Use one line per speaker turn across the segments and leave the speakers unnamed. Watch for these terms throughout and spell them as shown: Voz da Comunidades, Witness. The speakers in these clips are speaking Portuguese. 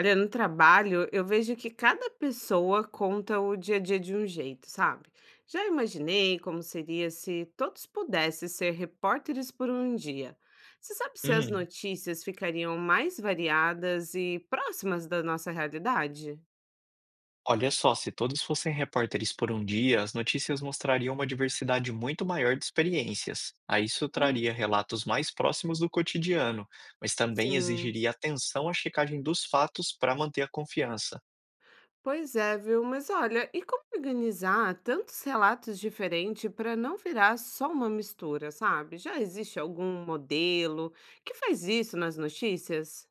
Olha, no trabalho, eu vejo que cada pessoa conta o dia a dia de um jeito, sabe? Já imaginei como seria se todos pudessem ser repórteres por um dia. Você sabe se as
Hum,
notícias ficariam mais variadas e próximas da nossa realidade?
olha só, se todos fossem repórteres por um dia, as notícias mostrariam uma diversidade muito maior de experiências. Aí isso
Hum,
traria relatos mais próximos do cotidiano, mas também
Sim.
exigiria atenção à checagem dos fatos para manter a confiança.
Pois é, viu? Mas olha, e como organizar tantos relatos diferentes para não virar só uma mistura, sabe? Já existe algum modelo que faz isso nas notícias?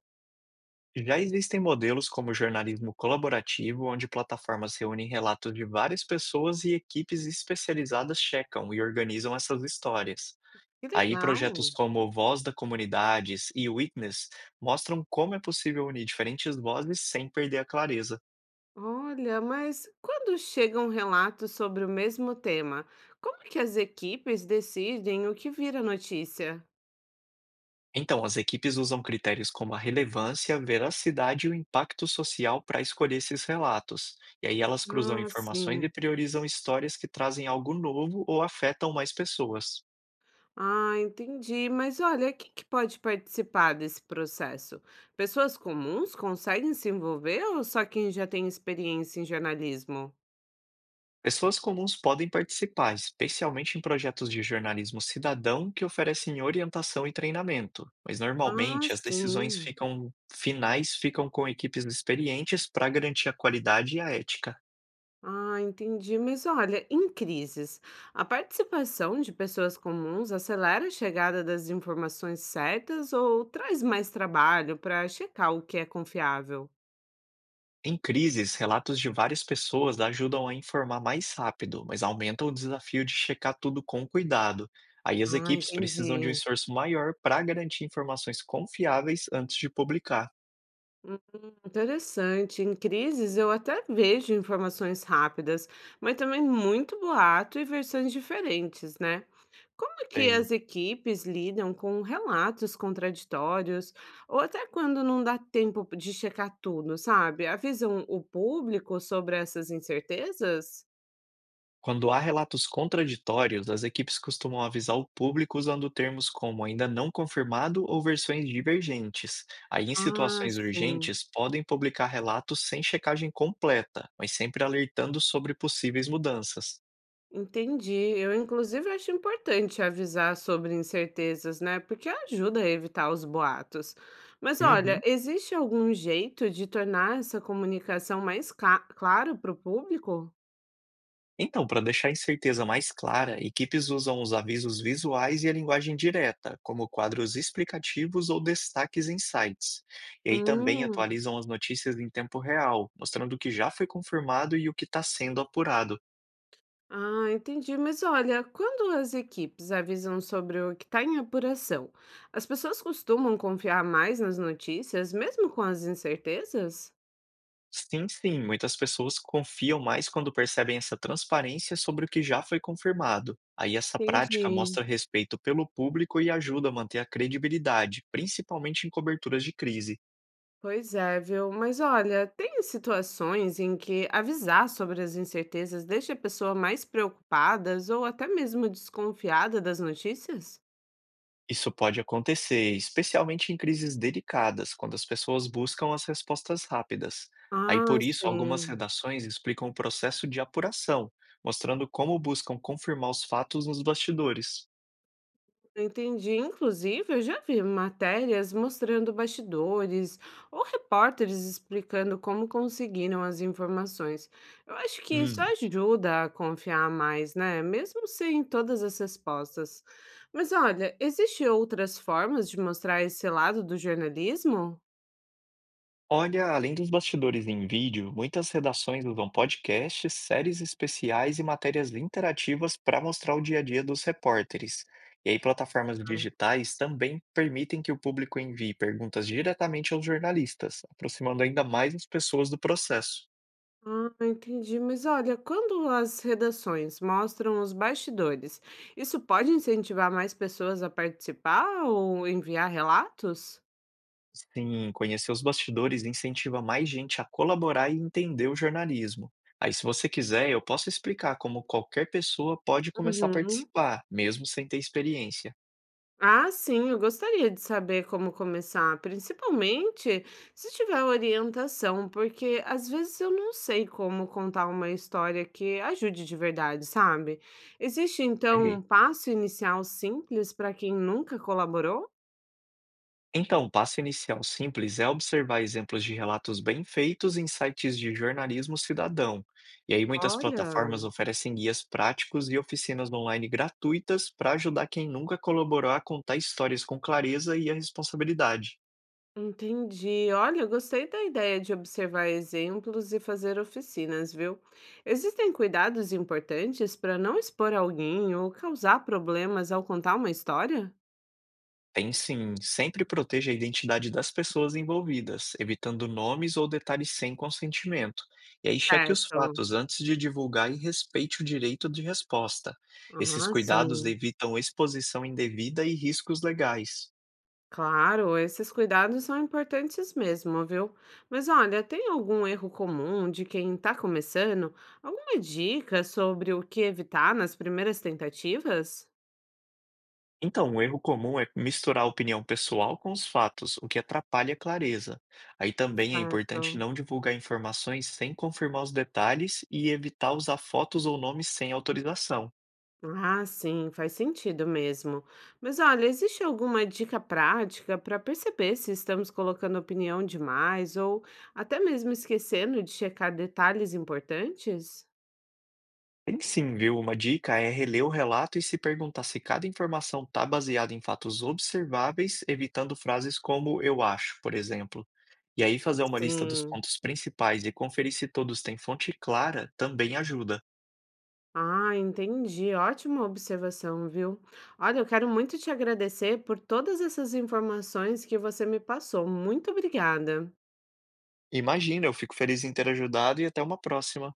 Já existem modelos como o jornalismo colaborativo, onde plataformas reúnem relatos de várias pessoas e equipes especializadas checam e organizam essas histórias.
Que
Aí projetos
legal.
como Voz da Comunidades e Witness mostram como é possível unir diferentes vozes sem perder a clareza.
Olha, mas quando chega um relato sobre o mesmo tema, como é que as equipes decidem o que vira notícia?
Então, as equipes usam critérios como a relevância, veracidade e o impacto social para escolher esses relatos. E aí elas cruzam
Ah,
informações e
sim.
priorizam histórias que trazem algo novo ou afetam mais pessoas.
Ah, entendi. Mas olha, quem que pode participar desse processo? Pessoas comuns conseguem se envolver ou só quem já tem experiência em jornalismo?
Pessoas comuns podem participar, especialmente em projetos de jornalismo cidadão que oferecem orientação e treinamento, mas
Ah,
normalmente as decisões
sim.
ficam finais ficam com equipes experientes para garantir a qualidade e a ética.
Ah, entendi. Mas olha, em crises, a participação de pessoas comuns acelera a chegada das informações certas ou traz mais trabalho para checar o que é confiável?
Em crises, relatos de várias pessoas ajudam a informar mais rápido, mas aumentam o desafio de checar tudo com cuidado. Aí as
Ah,
equipes precisam de um
entendi.
esforço maior para garantir informações confiáveis antes de publicar.
Hum, interessante. Em crises, eu até vejo informações rápidas, mas também muito boato e versões diferentes, né? Como que
Bem,
as equipes lidam com relatos contraditórios, ou até quando não dá tempo de checar tudo, sabe? Avisam o público sobre essas incertezas?
quando há relatos contraditórios, as equipes costumam avisar o público usando termos como ainda não confirmado ou versões divergentes. Aí, em
Ah,
situações
sim.
urgentes, podem publicar relatos sem checagem completa, mas sempre alertando sobre possíveis mudanças.
Entendi. Eu, inclusive, acho importante avisar sobre incertezas, né? Porque ajuda a evitar os boatos. Mas olha,
Uhum.
existe algum jeito de tornar essa comunicação mais clara para o público?
Então, para deixar a incerteza mais clara, equipes usam os avisos visuais e a linguagem direta, como quadros explicativos ou destaques em sites. E aí também
Hum.
atualizam as notícias em tempo real, mostrando o que já foi confirmado e o que está sendo apurado.
Ah, entendi. Mas olha, quando as equipes avisam sobre o que está em apuração, as pessoas costumam confiar mais nas notícias, mesmo com as incertezas?
Sim, sim, muitas pessoas confiam mais quando percebem essa transparência sobre o que já foi confirmado. Aí essa prática
Entendi.
mostra respeito pelo público e ajuda a manter a credibilidade, principalmente em coberturas de crise.
Pois é, viu? Mas olha, tem situações em que avisar sobre as incertezas deixa a pessoa mais preocupada ou até mesmo desconfiada das notícias?
Isso pode acontecer, especialmente em crises delicadas, quando as pessoas buscam as respostas rápidas. Aí
Ah,
por isso, algumas
sim.
redações explicam o processo de apuração, mostrando como buscam confirmar os fatos nos bastidores.
Entendi. Inclusive, eu já vi matérias mostrando bastidores ou repórteres explicando como conseguiram as informações. Eu acho que isso
Hum,
ajuda a confiar mais, né? Mesmo sem todas as respostas. Mas olha, existem outras formas de mostrar esse lado do jornalismo?
Olha, além dos bastidores em vídeo, muitas redações usam podcasts, séries especiais e matérias interativas para mostrar o dia a dia dos repórteres. E aí, plataformas digitais também permitem que o público envie perguntas diretamente aos jornalistas, aproximando ainda mais as pessoas do processo.
Ah, entendi. Mas olha, quando as redações mostram os bastidores, isso pode incentivar mais pessoas a participar ou enviar relatos?
Sim, conhecer os bastidores incentiva mais gente a colaborar e entender o jornalismo. Aí, se você quiser, eu posso explicar como qualquer pessoa pode começar a
Uhum.
participar, mesmo sem ter experiência.
Ah, sim, eu gostaria de saber como começar, principalmente se tiver orientação, porque às vezes eu não sei como contar uma história que ajude de verdade, sabe? Existe então um
Ei,
passo inicial simples para quem nunca colaborou?
então, o passo inicial simples é observar exemplos de relatos bem feitos em sites de jornalismo cidadão. E aí, muitas
Olha,
plataformas oferecem guias práticos e oficinas online gratuitas para ajudar quem nunca colaborou a contar histórias com clareza e a responsabilidade.
entendi. Olha, eu gostei da ideia de observar exemplos e fazer oficinas, viu? Existem cuidados importantes para não expor alguém ou causar problemas ao contar uma história?
Tem sim, sempre proteja a identidade das pessoas envolvidas, evitando nomes ou detalhes sem consentimento. E aí cheque os
Certo.
fatos antes de divulgar e respeite o direito de resposta. Esses
Ah, sim.
cuidados evitam exposição indevida e riscos legais.
Claro, esses cuidados são importantes mesmo, viu? Mas olha, tem algum erro comum de quem está começando? Alguma dica sobre o que evitar nas primeiras tentativas?
Então, um erro comum é misturar a opinião pessoal com os fatos, o que atrapalha a clareza. Aí também é importante
Certo.
não divulgar informações sem confirmar os detalhes e evitar usar fotos ou nomes sem autorização.
Ah, sim, faz sentido mesmo. Mas olha, existe alguma dica prática para perceber se estamos colocando opinião demais ou até mesmo esquecendo de checar detalhes importantes?
Tem sim, viu? Uma dica é reler o relato e se perguntar se cada informação está baseada em fatos observáveis, evitando frases como eu acho, por exemplo. E aí fazer uma lista dos
Sim.
pontos principais e conferir se todos têm fonte clara também ajuda.
Ah, entendi. Ótima observação, viu? Olha, eu quero muito te agradecer por todas essas informações que você me passou. Muito obrigada.
Imagina, eu fico feliz em ter ajudado e até uma próxima.